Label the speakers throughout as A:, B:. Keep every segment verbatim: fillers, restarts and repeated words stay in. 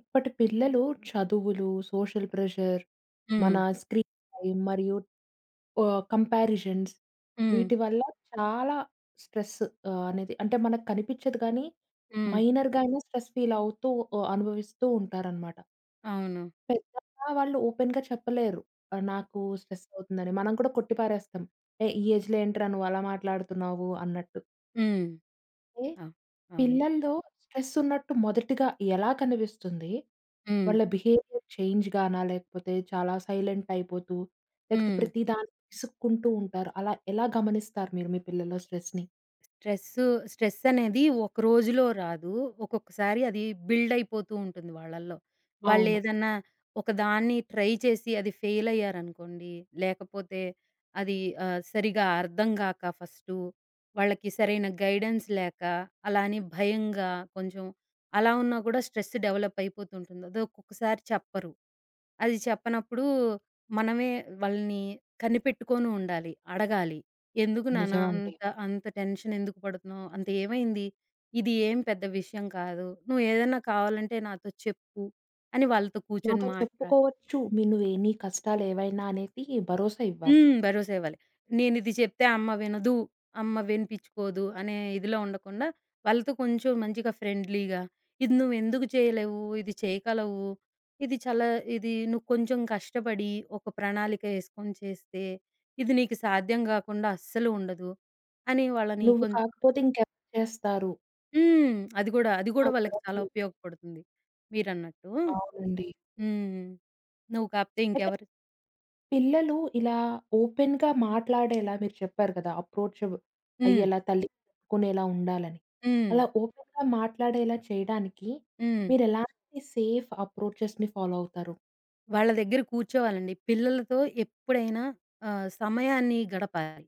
A: ఇప్పటి పిల్లలు చదువులు, సోషల్ ప్రెషర్, మన
B: హ్మ్.
A: స్క్రీన్ టైమ్ మరియు ఆహ్, కంపారిజన్స్
B: హ్మ్.
A: వీటి వల్ల చాలా స్ట్రెస్ ఆహ్, అనేది అంటే మనకు కనిపించదు కానీ,
B: హ్మ్.
A: మైనర్‌గా అయినా స్ట్రెస్ ఫీల్ అవుతూ ఆహ్, అనుభవిస్తూ ఉంటారనమాట.
B: అవును.
A: పెద్దగా వాళ్ళు ఓపెన్‌గా చెప్పలేరు. ఆహ్, నాకు స్ట్రెస్ అవుతుందని. మనం కూడా కొట్టిపారేస్తాం. "ఏయ్! ఈ ఏజ్‌లో ఏంట్రా నువ్వు అలా మాట్లాడుతున్నావు" అన్నట్టు.
B: హ్మ్. అవ్ అవును.
A: పిల్లల్లో స్ట్రెస్ ఉన్నట్టు మొదటిగా ఎలా కనిపిస్తుంది?
B: హ్మ్.
A: వాళ్ళ బిహేవియర్ చేంజ్ గానా? లేకపోతే చాలా సైలెంట్ అయిపోతూ, లేకపోతే
B: హ్మ్.
A: ప్రతి దానికి విసుక్కుంటూ ఉంటారు. అలా ఎలా గమనిస్తారు మీరు మీ పిల్లల స్ట్రెస్‌ని?
B: స్ట్రెస్సు స్ట్రెస్సనేది ఒక రోజులో రాదు. ఒక్కొక్కసారి అది బిల్డయిపోతూ ఉంటుంది వాళ్ళల్లో.
A: అవును.
B: వాళ్ళేదన్నా ఒక దాన్ని ట్రై చేసి అది ఫెయిలయ్యారనుకోండి, లేకపోతే అది ఆహ్, సరిగా అర్థం గాక ఫస్టు, వాళ్ళకి సరైన గైడెన్స్ లేక, అలా అని భయంగా కొంచెం అలా ఉన్నా కూడా స్ట్రెస్ డెవలప్పయిపోతుంటుంది. అది ఒక్కొక్కసారి చెప్పరు. అది చెప్పనప్పుడు మనమే వాళ్ళని కనిపెట్టుకొని ఉండాలి. అడగాలి. ఎందుకు నాన్న
A: నిజమండి.
B: అంత, అంత టెన్షన్ ఎందుకు పడుతున్నావు? అంత ఏమైంది? ఇది ఏం పెద్ద విషయం కాదు. నువ్వు ఏదైనా కావాలంటే నాతో చెప్పు అని వాళ్ళతో కూర్చొని
A: నాతో
B: మాట్లాడి
A: చెప్పుకోవచ్చు. మీ నువ్వే నీ కష్టాలేవైనా అనేది భరోసా ఇవ్వాలి.
B: హ్మ్. భరోసా ఇవ్వాలి. నేనిది చెప్తే అమ్మ వినదు, అమ్మ వినిపించుకోదు అనే ఇదిలో ఉండకుండా, వాళ్ళతో కొంచెం మంచిగా ఫ్రెండ్లీగా, ఇది నువ్వెందుకు చేయలేవు? ఇది చేయగలవు. ఇది చాలా ఇది నువ్వు కొంచెం కష్టపడి ఒక ప్రణాళిక ఏసుకొని చేస్తే, ఇది నీకు సాధ్యం కాకుండా అస్సలు ఉండదు అని వాళ్ళని
A: నువ్వు
B: కొం
A: కాకపోతే ఇంకెవరు చేస్తారు?
B: హ్మ్. అది గూడా, అది
A: ఆ
B: గూడా వాళ్ళకి
A: భరోసా
B: చాలా
A: ఇవ్వాలి.
B: ఉపయోగపడుతుంది. మీరన్నట్టు.
A: అవునండి.
B: హ్మ్. నువ్వు కాకపోతే
A: అయితే
B: ఇంకెవరు
A: పిల్లలు ఇలా ఓపెన్‌గా మాట్లాడేలా మీరు చెప్పారు కదా! అప్రోచబ్
B: హ్మ్.
A: అయ్యేలా తల్లికి చెప్పుకునేలా ఉండాలని.
B: హ్మ్.
A: అలా ఓపెన్‌గా మాట్లాడేలా చేయడానికి
B: హ్మ్.
A: మీరెలాంటి సేఫ్ అప్రోచెస్‌ని ఫాలో అవుతారు?
B: వాళ్ళ దగ్గర కూర్చోవాలండి. పిల్లలతో ఎప్పుడైనా ఆహ్, సమయాన్ని గడపాలి.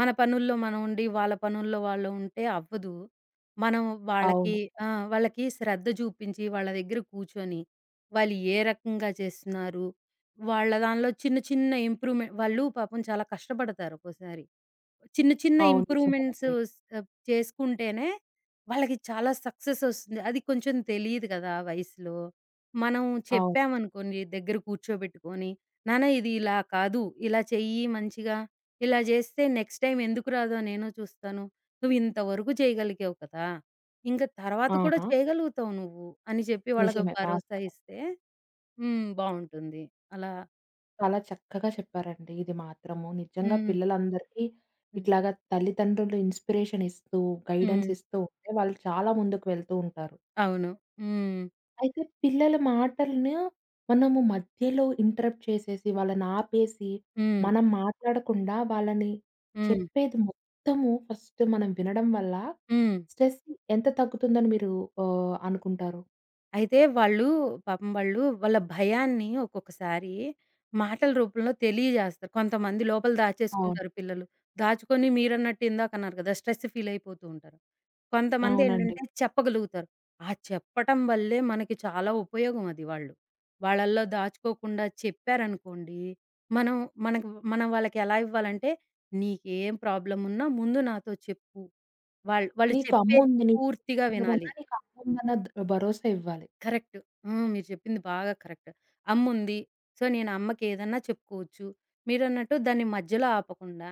B: మన పనుల్లో మనం ఉండి, వాళ్ళ పనుల్లో వాళ్ళు ఉంటే అవ్వదు. మనం వాళ్ళకి
A: అవును.
B: ఆ! వాళ్ళకి శ్రద్ధ చూపించి, వాళ్ళ దగ్గర కూర్చొని, వాళ్ళు ఏ రకంగా చేస్తున్నారు, వాళ్ళ దానిలో చిన్న చిన్న ఇంప్రూవ్‌మెంట్ వాళ్ళు పాపం చాలా కష్టపడతారు ఒక్కోసారి. చిన్న చిన్న
A: అవును.
B: ఇంప్రూవ్‌మెంట్స్
A: నిజమేనండి.
B: స్ ఆహ్, చేసుకుంటేనే వాళ్ళకి చాలా సక్సెస్ ఒస్తుంది. అది కొంచెం తెలీదు గదా! ఆ వయసులో. మనం
A: అవును.
B: చెప్పామనుకోండి దగ్గర కూర్చోబెట్టుకొని, నాన్న ఇది ఇలా కాదు, ఇలా చెయ్యి మంచిగా, ఇలా జేస్తే నెక్స్ట్ టైమ్ ఎందుకు రాదో నేను చూస్తాను. నువ్వు ఇంతవరకు చేయగలిగావు కదా! ఇంక తర్వాత కూడా
A: ఆహా!
B: చేయగలుగుతావు నువ్వు అని చెప్పి వాళ్ళకి
A: నిజమే.
B: భరోసా
A: వాస్తవం.
B: ఇస్తే హ్మ్. బావుంటుంది. అలా
A: చాలా చక్కగా చెప్పారండి. ఇది మాత్రము నిజంగా
B: హ్మ్.
A: పిల్లలందరికీ
B: హ్మ్.
A: ఇట్లాగా తల్లిదండ్రులు ఇన్‌స్పిరేషన్ ఇస్తూ, గైడెన్స్
B: హ్మ్.
A: ఇస్తూ ఉంటే వాళ్ళు చాలా ముందుకు వెళ్తూ ఉంటారు.
B: అవును. హ్మ్.
A: అయితే పిల్లల మాటలను మనము మధ్యలో ఇంటరప్ట్ చేసేసి, వాళ్ళని ఆపేసి,
B: హ్మ్.
A: మనం మాట్లాడకుండా వాళ్ళని
B: హ్మ్.
A: చెప్పేది మొత్తము ఫస్ట్ మనం వినడం వల్ల
B: హ్మ్.
A: స్ట్రెస్ ఎంత తగ్గుతుందని మీరు ఆహ్, అనుకుంటారు?
B: అయితే వాళ్ళు పాపం వాళ్ళు వాళ్ళ భయాన్ని ఒక్కొక్కసారి మాటల రూపంలో తెలియజేస్తారు. కొంతమంది లోపల
A: అవును.
B: దాచేసుకుంటారు పిల్లలు. దాచుకొని మీరన్నట్టు ఇందాకన్నారు కదా! స్ట్రెస్ ఫీల్ అయిపోతూ ఉంటారు.
A: అవునండి.
B: కొంతమందేంటంటే చెప్పగలుగుతారు. ఆ చెప్పటం వల్లే మనకి చాలా ఉపయోగం అది వాళ్ళు. వాళ్ళల్లో దాచుకోకుండా చెప్పారనుకోండి, మనం మనకు మనం వాళ్ళకి ఎలా ఇవ్వాలంటే, "నీకేం ప్రాబ్లమ్ ఉన్నా ముందు నాతో చెప్పు." వాళ్ళు వాళ్ళు
A: నీకు
B: చెప్పేది
A: అమ్ముంది. నీ
B: పూర్తిగా వినాలి.
A: ప్రాబ్లమున్నా నీకు అమ్ముందన్న ద భరోసా ఇవ్వాలి.
B: కరెక్ట్. హ్మ్. మీరు చెప్పింది బాగా కరెక్ట్. అమ్ముంది. సో, నేను అమ్మకి ఏదన్నా చెప్పుకోవచ్చు. మీరన్నట్టు దాన్ని మధ్యలో ఆపకుండా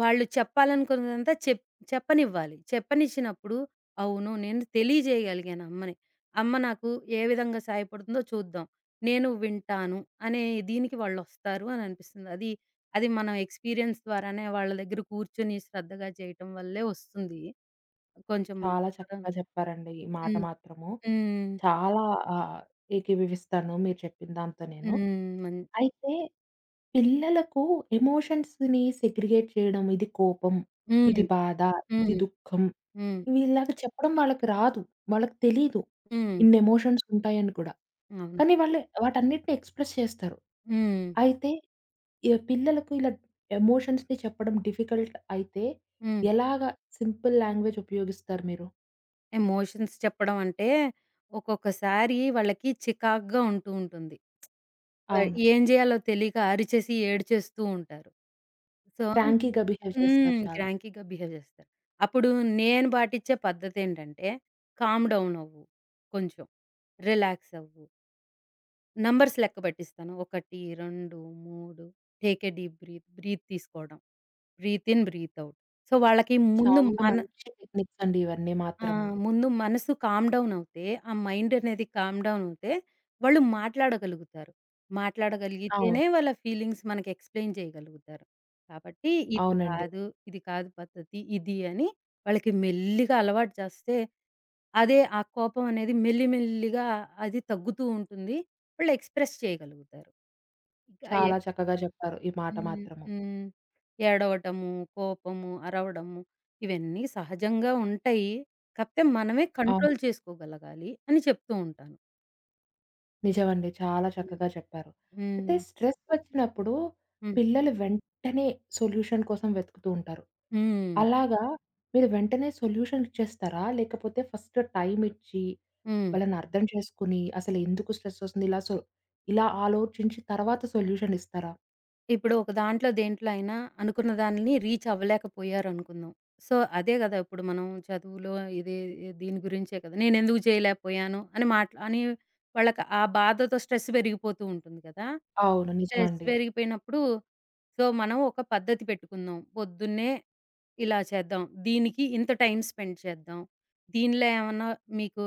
B: వాళ్ళు చెప్పాలనుకున్నదంతా చెప్ చెప్పనివ్వాలి. చెప్పనిచ్చినప్పుడు అవును. నేను తెలియజేయగలిగాను అమ్మని. అమ్మ నాకు ఏ విధంగా సాయపడుతుందో చూద్దాం. నేను వింటాను అనే దీనికి వాళ్ళొస్తారు అని అనిపిస్తుంది. అది, అది మనం ఎక్స్‌పీరియన్స్ ద్వారానే వాళ్ళ దగ్గర కూర్చొని శ్రద్ధగా చేయటం వల్లే వస్తుంది. కొంచెం మనకి
A: చాలా
B: కూడా
A: చక్కగా చెప్పారండి ఈ మాట
B: హ్మ్.
A: మాత్రము.
B: హ్మ్.
A: చాలా ఆహ్, ఏకీభవిస్తాను మీరు చెప్పిన దాంతో నేను.
B: హ్మ్. మన్
A: అయితే పిల్లలకు ఎమోషన్స్‌ని సెగ్రిగేట్ చేయడం. ఇది కోపం, ఇది
B: హ్మ్.
A: బాధ, ఇది
B: హ్మ్.
A: దుఃఖం.
B: హ్మ్.
A: ఇవి ఇలాగ చెప్పడం వాళ్ళకి రాదు. వాళ్ళకి తెలీదు.
B: హ్మ్.
A: ఇన్ని ఎమోషన్స్ ఉంటాయని కూడా.
B: అవును.
A: కానీ వాళ్ళు వాటన్నిటిని ఎక్స్‌ప్రెస్ చేస్తారు.
B: హ్మ్.
A: అయితే ఈ పిల్లలకు ఇలా ఎమోషన్స్‌ని చెప్పడం డిఫికల్ట్ అయితే
B: హ్మ్.
A: ఎలాగా సింపుల్ లాంగ్వేజ్ ఉపయోగిస్తారు మీరు?
B: ఎమోషన్స్ చెప్పడం అంటే, ఒక్కొక్కసారి వాళ్ళకి చికాకుగా ఉంటూ ఉంటుంది. ఆహ్,
A: అవును.
B: ఏం జేయాలో తెలియక అరిచేసి, ఏడ్చేస్తూ ఉంటారు. సో
A: క్రాంకీగా బిహేవ్ చేస్తారు
B: హ్మ్.
A: చాలా.
B: క్రాంకీగా బిహేవ్ జేస్తారు. అప్పుడు నేను పాటించే పద్ధతేంటంటే, కామ్ డౌన్ అవ్వు. కొంచెం రిలాక్స్ అవ్వు. నంబర్స్ లెక్క బెట్టిస్తాను. ఒకటి, రెండు, మూడు take a deep breath. Breath తీసుకోవడం. Breath in, breath out. So, వాళ్ళకి ముందు
A: చాలా
B: మన
A: మంచి టెక్నిక్స్ అండి ఇవన్నీ
B: ఆ!
A: మాత్రము.
B: ముందు మనసు కామ్ డౌన్ అవుతే, ఆ మైండ్ అనేది కామ్ డౌన్ అవుతే, వాళ్ళు మాట్లాడగలుగుతారు.
A: అవును.
B: మాట్లాడగలిగితేనే వాళ్ళ ఫీలింగ్స్ మనకి ఎక్స్‌ప్లెయిన్ చేయగలుగుతారు. కాబట్టి ఇది
A: అవునండి.
B: కాదు, ఇది కాదు పద్ధతి, ఇది అని వాళ్ళకి మెల్లిగా అలవాటు చేస్తే, అదే ఆ కోపం అనేది మెల్లి మెల్లిగా అది తగ్గుతూ ఉంటుంది. వాళ్ళు ఎక్స్‌ప్రెస్ చేయగలుగుతారు. ఇక
A: చాలా చక్కగా చెప్పారు ఈ మాట
B: హ్మ్.
A: మాత్రము.
B: హ్మ్. ఏడవటము, కోపము, అరవడము ఇవన్నీ సహజంగా ఉంటాయి. కాకపోతే మనమే
A: అవును.
B: కంట్రోల్ చేసుకోగలగాలి అని చెప్తూ ఉంటాను.
A: నిజమండి. చాలా
B: హ్మ్.
A: చక్కగా చెప్పారు. అయితే
B: హ్మ్.
A: స్ట్రెస్ వచ్చినప్పుడు
B: హ్మ్.
A: పిల్లలు వెంటనే సొల్యూషన్ కోసం వెతుకుతూ ఉంటారు.
B: హ్మ్.
A: అలాగా మీరు వెంటనే సొల్యూషన్ ఇచ్చేస్తారా? లేకపోతే ఫస్ట్ టైమ్ ఇచ్చి
B: హ్మ్.
A: వాళ్ళని అర్థం చేసుకొని అసలు ఎందుకు స్ట్రెస్ వస్తుంది? ఇలా సో ఇలా ఆలోచించి తర్వాత సొల్యూషన్ ఇస్తారా?
B: ఇప్పుడు ఒక దాంట్లో దేంట్లో అయినా అనుకున్న దానిని రీచ్ అవ్వలేకపోయారనుకుందాం. సో, అదే గదా! ఇప్పుడు మనం చదువులో ఇదే దీని గురించే కదా! నేనెందుకు చేయలేకపోయాను అని మాట్లా అని వాళ్ళకి ఆ బాధతో స్ట్రెస్ పెరిగిపోతూ ఉంటుంది గదా!
A: అవును.
B: స్ట్రెస్
A: నిజమండి.
B: పెరిగిపోయినప్పుడు సో, మనం ఒక పద్ధతి పెట్టుకుందాం. పొద్దున్నే ఇలా చేద్దాం. దీనికి ఇంత టైం స్పెండ్ చేద్దాం. దీనిలో ఏమన్నా మీకు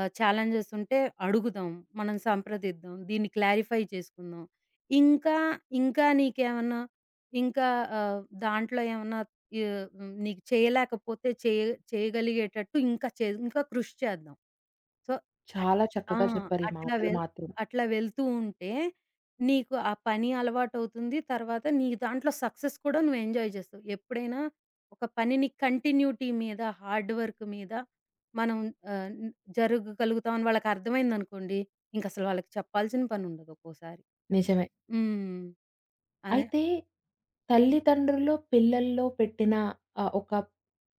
B: ఆహ్, ఛాలెంజెస్ ఉంటే అడుగుదాం. మనం సంప్రదిద్దాం. దీన్ని క్లారిఫై చేసుకుందాం. ఇంకా, ఇంకా నీకేమన్నా ఇంకా ఆహ్, దాంట్లో ఏమన్నా యు హ్మ్, నీకు చేయలేకపోతే చేయ చేయగలిగేటట్టు ఇంకా చే ఇంకా కృషి చేద్దాం. సో, అట్
A: చాలా
B: ఆ!
A: చక్కగా చెప్పారు ఈ
B: అట్లా
A: మాటలు
B: వెల్
A: మాత్రం.
B: అట్లా వెళ్తూ ఉంటే నీకు ఆ పని అలవాటవుతుంది. తర్వాత నీ దాంట్లో సక్సెస్ కూడా నువ్వు ఎంజాయ్ చేస్తావు. ఎప్పుడైనా ఒక పనిని కంటిన్యూటీ మీద, హార్డ్ వర్క్ మీద మనం ఆహ్, న్ జరగగలుగుతాం అని వాళ్ళకర్థమైందనుకోండి, ఇంకసలు వాళ్ళకి చెప్పాల్సిన పనుండదు ఒక్కోసారి.
A: నిజమే.
B: హ్మ్. అదే
A: అయితే తల్లిదండ్రుల్లో, పిల్లల్లో పెట్టిన ఆహ్, ఒక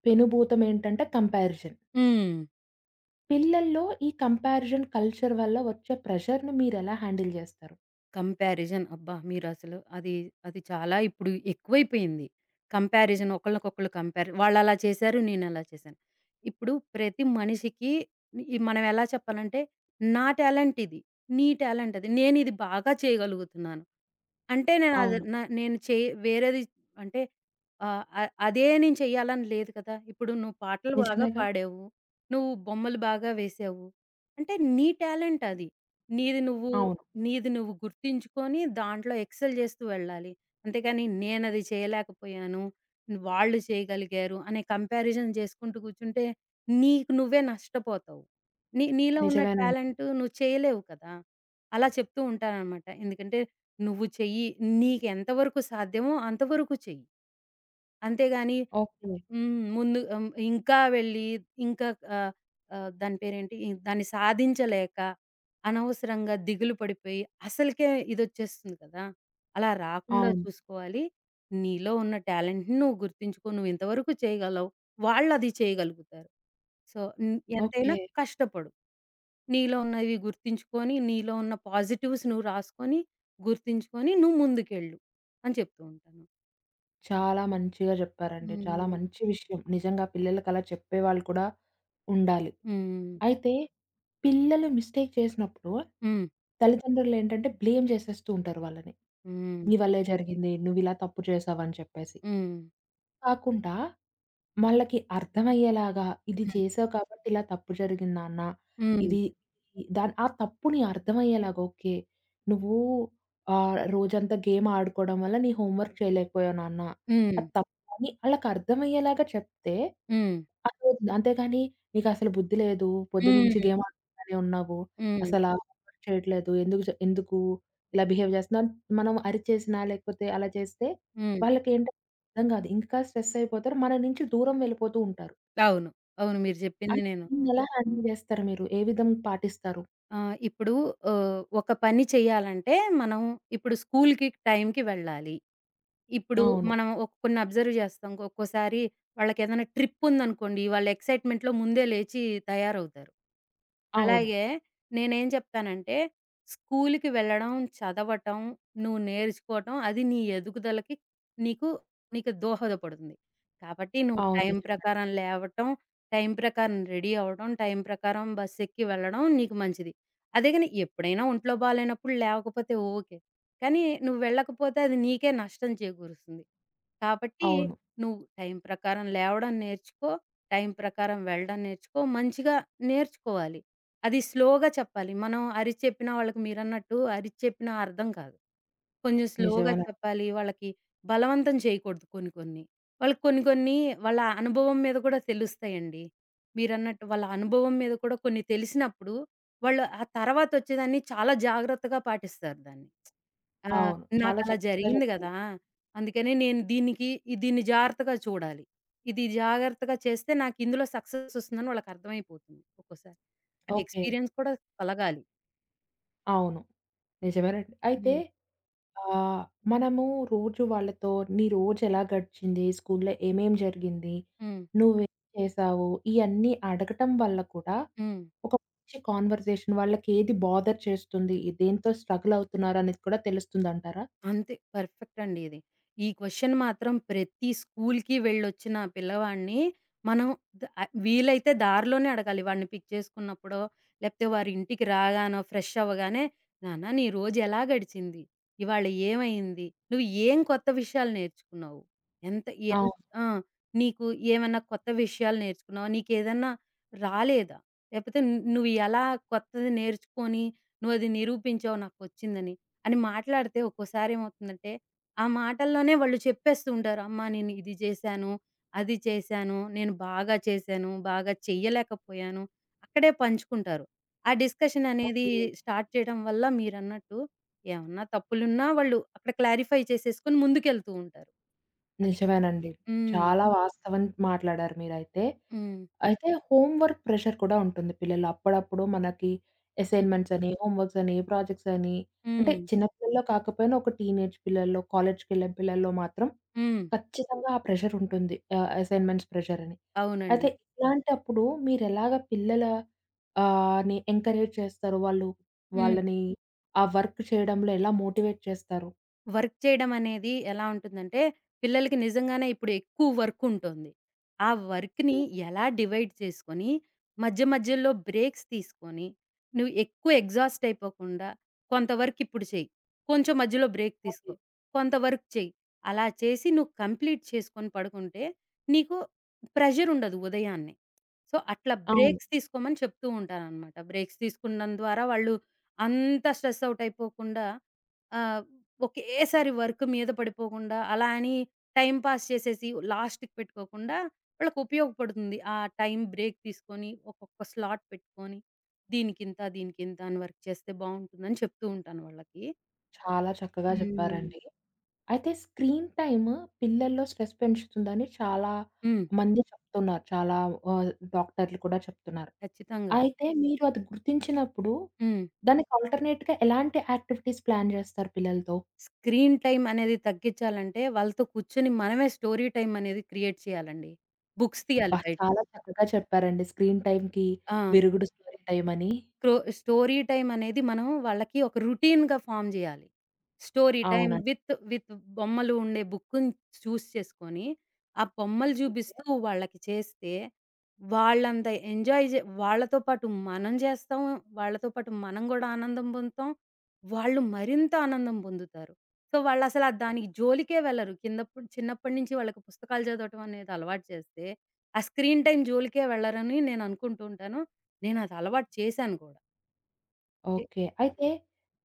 A: పెనుభూతం ఏంటంటే కంపారిజన్.
B: హ్మ్.
A: పిల్లల్లో ఈ కంపారిజన్ కల్చర్ వల్ల వచ్చే ప్రెషర్‌ని మీరెలా హ్యాండిల్ జేస్తారు?
B: కంపారిజన్ అబ్బా! మీరసలు అది, అది చాలా ఇప్పుడు ఎక్కువైపోయింది. కంపారిజన్ ఒకళ్ళకొకళ్ళు కంపేర్ వాళ్ళలా చేశారు, నేనలా చేశాను. ఇప్పుడు ప్రతి మనిషికి ఈ మనం ఎలా చెప్పాలంటే, నా టాలెంట్ ఇది. నీ టాలెంట్ అది. నేనిది బాగా చేయగలుగుతున్నాను. అంటే నేను అది
A: అవును.
B: న నేను చే వేరేది అంటే ఆహ్, అ అదే నేను చెయ్యాలని లేదు కదా! ఇప్పుడు నువ్వు పాటలు బాగా
A: నిజమేగా?
B: పాడావు. నువ్వు బొమ్మలు బాగా వేశావు. అంటే నీ టాలెంట్ అది. నీది నువ్వు
A: అవును.
B: నీది నువ్వు గుర్తించుకొని దాంట్లో ఎక్సెల్ చేస్తూ వెళ్ళాలి. అంతేగాని నేనది చేయలేకపోయాను, వాళ్ళు చేయగలిగారు అనే కంపారిజన్ చేసుకుంటూ కూర్చుంటే నీకు నువ్వే నష్టపోతావు. నీ నీలో ఉన్న
A: నిజమేనండి.
B: టాలెంట్ నువ్వు చేయలేవు కదా! అలా చెప్తూ ఉంటాననమాట. ఎందుకంటే నువ్వు చెయ్యి, నీకెంత వరకు సాధ్యమో అంతవరకు చెయ్యి. అంతేగాని
A: ఓకే.
B: హ్మ్. ముందు హ్మ్. ఇంకా వెళ్ళి ఇంకా ఆహ్, ఆహ్, దాని పేరేంటి ఈ- దాన్ని సాధించలేక అనవసరంగా దిగులు పడిపోయి అసలుకే ఇదొచ్చేస్తుంది కదా! అలా రాకుండా
A: అవును.
B: చూసుకోవాలి. నీలో ఉన్న టాలెంట్‌ని నువ్వు గుర్తించుకో. నువ్వు ఇంతవరకు చేయగలవు. వాళ్ళది చేయగలుగుతారు. సో, హ్మ్. ఎంతైనా
A: ఓకే.
B: కష్టపడు. నీలో ఉన్నవి గుర్తించుకొని, నీలో ఉన్న పాజిటివ్స్ నువ్వు రాసుకొని, గుర్తించుకొని నువ్వు ముందుకెళ్ళు అని చెప్తూ ఉంటాను.
A: చాలా మంచిగా జెప్పారండి. చాలా
B: హ్మ్.
A: మంచి విషయం. నిజంగా పిల్లలకి అలా చెప్పేవాళ్ళు కూడా ఉండాలి.
B: హ్మ్.
A: అయితే పిల్లలు మిస్టేక్ చేసినప్పుడు
B: హ్మ్.
A: తల్లిదండ్రులేంటంటే బ్లేమ్ జేసేస్తూ ఉంటారు వాళ్ళని.
B: హ్మ్.
A: "నీ వల్లే జరిగింది. నువ్విలా తప్పు చేశావు" అని చెప్పేసి.
B: హ్మ్.
A: కాకుండా వాళ్ళకి అర్థమయ్యేలాగా ఇది
B: హ్మ్.
A: చేసావు కాబట్టి ఇలా తప్పు జరిగింది నాన్న.
B: హ్మ్.
A: ఇది ఈ- దాని ఆ తప్పుని అర్థమయ్యేలాగా ఓకే. నువ్వు ఆహ్, రోజంతా గేమ్ ఆడుకోవడం వల్ల నీ హోంవర్క్ చేయలేకపోయావు నాన్న.
B: హ్మ్.
A: అది తప్పని ఆళ్ళకి అర్థమయ్యేలాగా చెప్తే
B: హ్మ్.
A: అర్థమవుతుంది. అంతేగాని నీకసలు బుద్ధి లేదు. పొద్దున్నుంచి
B: హ్మ్.
A: గేమ్ ఆడుకుంటానే ఉన్నావు.
B: హ్మ్.
A: అసలా హోంవర్క్ చేయట్లేదు. ఎందుకు చే ఎందుకు ఇలా బిహేవ్ చేస్తున్నావు? మనం అరిచేసినా లేకపోతే అలా చేస్తే
B: హ్మ్.
A: వాళ్ళకేంటంటే అర్థం కాదు. ఇంకా స్ట్రెస్ అయిపోతారు. మన నుంచి దూరం వెళ్ళిపోతూ ఉంటారు.
B: అవును. అవును. మీరు చెప్పింది
A: అయితే
B: నేను
A: దీన్నెలా హ్యాండిల్ చేస్తారు మీరు? ఏ విధం పాటిస్తారు?
B: ఆ! ఇప్పుడు ఆహ్, ఒక పని చేయాలంటే మనం ఇప్పుడు స్కూల్‌కి టైంకి వెళ్ళాలి. ఇప్పుడు
A: అవును.
B: మనం ఒ కొన్ని అబ్జర్వ్ చేస్తాం. ఒక్కోసారి వాళ్ళకేదైనా ట్రిప్ ఉందనుకోండి, వాళ్ళు ఎక్సైట్‌మెంట్‌లో ముందే లేచి తయారవుతారు.
A: అవును.
B: అలాగే నేనేం చెప్తానంటే, స్కూల్‌కి వెళ్ళడం, చదవటం, నువ్వు నేర్చుకోవటం అది నీ ఎదుగుదలకి నీకు, నీకు దోహదపడుతుంది. కాబట్టి నువ్వు
A: అవును.
B: టైం
A: నిజమే.
B: ప్రకారం లేవటం, టైం ప్రకారం రెడీ అవ్వడం, టైం ప్రకారం బస్సెక్కి వెళ్ళడం నీకు మంచిది. అదే గాని ఎప్పుడైనా ఒంట్లో బాలేనప్పుడు లేవకపోతే ఓకే. కానీ నువ్వు వెళ్ళకపోతే అది నీకే నష్టం చేకూరుస్తుంది. కాబట్టి
A: అవును.
B: నువ్వు టైం ప్రకారం లేవడం నేర్చుకో. టైం ప్రకారం వెళ్ళడం నేర్చుకో. మంచిగా నేర్చుకోవాలి. అది స్లోగా చెప్పాలి. మనం అరిచి చెప్పినా వాళ్ళకి మీరన్నట్టు అరిచి చెప్పినా అర్థం కాదు. కొంచెం స్లోగా
A: నిజమేనండి.
B: చెప్పాలి. వాళ్ళకి బలవంతం చేయకూడదు కొన్ని కొన్ని. వాళ్ళకి కొన్ని కొన్ని వాళ్ళ అనుభవం మీద కూడా తెలుస్తాయండి. మీరన్నట్టు వాళ్ళ అనుభవం మీద కూడా కొన్ని తెలిసినప్పుడు వాళ్ళు ఆ తర్వాతొచ్చేదాన్ని చాలా జాగ్రత్తగా పాటిస్తారు దాన్ని. ఆ!
A: అవును. చాలా
B: నాకలా
A: చక్కగా
B: జరిగింది
A: చెప్పారు.
B: గదా! అందుకని నేను దీనికి ఇ దీన్ని జాగ్రత్తగా చూడాలి. ఇది జాగ్రత్తగా చేస్తే నాకిందులో సక్సెస్ ఒస్తుందని వాళ్ళకర్థమైపోతుంది ఒక్కోసారి. ఆ
A: ఓకే.
B: ఎక్స్‌పీరియన్స్ కూడా కలగాలి.
A: అవును. నిజమేనండి. అయితే
B: హ్మ్.
A: ఆహ్, మనము రోజు వాళ్ళతో నీ రోజెలా గడిచింది? స్కూల్‌లో ఏమేం జరిగింది?
B: హ్మ్.
A: నువ్వేం చేసావు? ఇయన్నీ అడగటం వల్ల కూడా
B: హ్మ్.
A: ఒక మంచి కాన్వర్సేషన్ వాళ్ళకేది బాదర్ చేస్తుంది? దేనితో స్ట్రగుల్ అవుతున్నారనేది కూడా తెలుస్తుందంటారా?
B: అంతే. పర్ఫెక్ట్ అండి ఇది. ఈ క్వెషన్ మాత్రం ప్రతి స్కూల్‌కి వెళ్ళొచ్చిన పిల్లవాడిని మనం ద ఆహ్, వీలైతే దారిలోనే అడగాలి. వాడిని పిక్ చేసుకున్నప్పుడో, లేపోతే వారి ఇంటికి రాగానో, ఫ్రెష్ అవ్వగానే, "నాన్న నీ రోజు ఎలా గడిచింది? ఇవాళ ఏమైంది? నువ్వు ఏం కొత్త విషయాలు నేర్చుకున్నావు? ఎంత ఎన్
A: అవును.
B: ఆ! నీకు ఏమన్నా కొత్త విషయాలు నేర్చుకున్నావా? నీకేదన్నా రాలేదా? లేపోతే ను నువ్వు ఎలా కొత్తది నేర్చుకొని నువ్వది నిరూపించావు నాకొచ్చిందని?" అని మాట్లాడితే ఒక్కోసారి ఏమవుతుందంటే, ఆ మాటల్లోనే వాళ్ళు చెప్పేస్తూ ఉంటారు. అమ్మా నేను ఇది చేశాను, అది చేశాను, నేను బాగా చేశాను, బాగా చెయ్యలేకపోయాను. అక్కడే పంచుకుంటారు. ఆ డిస్కషన్ అనేది
A: ఓకే.
B: స్టార్ట్ చేయడం వల్ల మీరన్నట్టు ఏమన్నా తప్పులున్నా వాళ్ళు అక్కడ క్లారిఫై చేసేసుకొని ముందుకెళ్తూ ఉంటారు. అది.
A: నిజమేనండి.
B: హ్మ్.
A: చాలా హ్మ్. వాస్తవం మాట్లాడారు మీరైతే.
B: హ్మ్.
A: అయితే హోమ్ వర్క్ ప్రెషర్ కూడా ఉంటుంది పిల్లలు. అప్పుడప్పుడు మనకి
B: హ్మ్.
A: అసైన్‌మెంట్స్ అని, హోమ్ వర్క్స్ అని, ప్రాజెక్ట్స్ అని అంటే
B: హ్మ్.
A: చిన్న పిల్లల్లో కాకపోయినా ఒక టీనేజ్ పిల్లల్లో, కాలేజ్‌కెళ్ళే పిల్లల్లో మాత్రం
B: హ్మ్.
A: ఖచ్చితంగా ఆ ప్రెషర్ ఉంటుంది. ఆహ్, అసైన్‌మెంట్స్ ప్రెషర్ అని.
B: అవునండి.
A: అయితే ఇలాంటప్పుడు మీరెలాగా పిల్లల ఆహ్, ని ఎంకరేజ్ చేస్తారు? వాళ్ళు
B: హ్మ్.
A: వాళ్ళని ఆ వర్క్ చేయడంలో ఎలా మోటివేట్ చేస్తారు?
B: వర్క్ చేయడం అనేది ఎలా ఉంటుందంటే, పిల్లలకి నిజంగానే ఇప్పుడు ఎక్కువ వర్క్ ఉంటుంది. ఆ వర్క్‌ని
A: హ్మ్.
B: ఎలా డివైడ్ చేసుకొని, మధ్య మధ్యలో బ్రేక్స్ తీసుకొని, నువ్వు ఎక్కువ ఎగ్జాస్ట్ అయిపోకుండా, కొంత వర్క్ ఇప్పుడు చెయ్యి, కొంచెం మధ్యలో బ్రేక్
A: ఓకే.
B: తీసుకో, కొంత వర్క్ చెయ్యి. అలా చేసి నువ్వు కంప్లీట్ చేసుకొని పడుకుంటే, నీకు ప్రెషర్ ఉండదు ఉదయాన్నే. సో, అట్లా
A: అవును.
B: బ్రేక్స్ తీసుకోమని చెప్తూ ఉంటాననమాట. బ్రేక్స్ తీసుకున్నం ద్వారా వాళ్ళు అంత స్ట్రెస్ అవుట్ అయిపోకుండా ఆహ్ ఒకేసారి వర్క్ మీద పడిపోకుండా, అలా అని టైమ్ పాస్ చేసేసి లాస్ట్‌కి పెట్టుకోకుండా, వాళ్ళకి ఉపయోగపడుతుంది. ఆ టైమ్ బ్రేక్ తీసుకొని, ఒక్కొక్క స్లాట్ పెట్టుకొని, దీనికింత, దీనికింత అని వర్క్ చేస్తే బావుంటుందని చెప్తూ ఉంటాను వాళ్ళకి.
A: చాలా చక్కగా
B: హ్మ్.
A: చెప్పారండి. అయితే స్క్రీన్ టైమ్ పిల్లల్లో స్ట్రెస్ పెంచుతుందని చాలా
B: హ్మ్.
A: మంది చెప్తున్నారు. చాలా ఆహ్, డాక్టర్లు కూడా చెప్తున్నారు.
B: ఖచ్చితంగా.
A: అయితే మీరు అది గుర్తించినప్పుడు
B: హ్మ్.
A: దానికి ఆల్టర్‌నేట్‌గా ఎలాంటి యాక్టివిటీస్ ప్లాన్ చేస్తారు పిల్లలతో?
B: స్క్రీన్ టైమ్ అనేది తగ్గించాలంటే, వాళ్ళతో కూర్చొని మనమే స్టోరీ టైమ్ అనేది క్రియేట్ చేయాలండి. బుక్స్
A: అబ్బా!
B: తీయాలి బయటికి.
A: చాలా చక్కగా చెప్పారండి. స్క్రీన్ టైమ్‌కి
B: ఆ!
A: విరుగుడు స్టోరీ టైమ్ అని.
B: స్క్రో స్టోరీ టైమ్ అనేది మనం వాళ్ళకి ఒక రొటీన్‌గా ఫార్మ్ జేయాలి. స్టోరీ టైమ్
A: అవునండి.
B: విత్, విత్ బొమ్మలు ఉండే బుక్కుని చూస్ చేసుకొని, ఆ బొమ్మలు జూబిస్తూ వాళ్ళకి చేస్తే, వాళ్ళంత ఎంజాయ్ జే వాళ్ళతో పాటు మనం జేస్తాం. వాళ్ళతో పాటు మనం గూడా ఆనందం పొందుతాం. వాళ్ళు మరింత ఆనందం పొందుతారు. సో, వాళ్ళసల దానికి జోలికే వెళ్ళరు. కిందప్పుడు చిన్నప్పటి నుంచి వాళ్ళకి పుస్తకాలు చదవటం అనేది అలవాటు చేస్తే, ఆ స్క్రీన్ టైమ్ జోలికే వెళ్ళరని నేను అనుకుంటూ ఉంటాను. నేనది అలవాటు చేశాను కూడా. సి
A: ఓకే. అయితే
B: హ్మ్.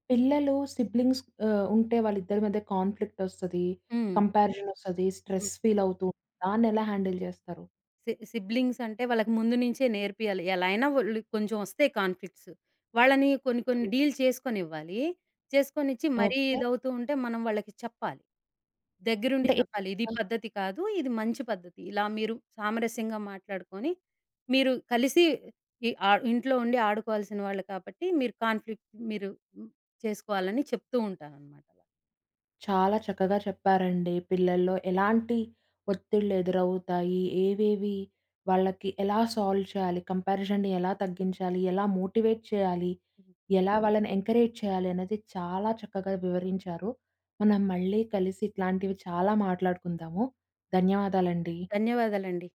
A: పిల్లలు సిబ్లింగ్స్ ఆహ్, ఉంటే వాళ్ళిద్దరి మధ్య కాన్‌ఫ్లిక్టొస్తది. కంపారిజనొస్తది.
B: హ్మ్.
A: స్ట్రెస్ ఫీలవుతూ దాన్నెలా హ్యాండిల్ జేస్తారు?
B: సి సిబ్లింగ్స్ అంటే వాళ్ళకి ముందు నుంచే నేర్పియాలి. ఎలా అయినా వాళ్ళు కొంచెం వస్తాయి కాన్‌ఫ్లిక్ట్స్. వాళ్ళని కొన్ని కొన్ని
A: అవును.
B: డీల్ చేసుకొనివ్వాలి. చేసుకొనిచ్చి మరీ
A: ఓకే.
B: ఇదవుతూ ఉంటే మనం వాళ్ళకి చెప్పాలి. దగ్గరుండి
A: అంటే ఏ
B: చెప్పాలి. ఇది పద్ధతి కాదు. ఇది మంచి పద్ధతి. ఇలా మీరు సామరస్యంగా మాట్లాడుకొని మీరు కలిసి ఈ ఆ ఇంట్లో ఉండి ఆడుకోవాల్సిన వాళ్ళు కాబట్టి మీరు కాన్‌ఫ్లిక్ట్ మీరు హ్మ్. చేసుకోవాలని చెప్తూ ఉంటాననమాట.
A: చాలా చక్కగా చెప్పారండి. పిల్లల్లో ఎలాంటి ఒత్తిళ్ళు ఎదురవుతాయి? ఏవేవి వాళ్ళకి ఎలా సాల్వ్ చేయాలి? కంపారిజన్‌ని ఎలా తగ్గించాలి? ఎలా మోటివేట్ చేయాలి? ఎలా వాళ్ళని ఎంకరేజ్ చేయాలి? అనేది చాలా చక్కగా వివరించారు. మనం మళ్ళీ కలిసి ఇట్లాంటివి చాలా మాట్లాడుకుందాము. ధన్యవాదాలండి.
B: ధన్యవాదాలండి.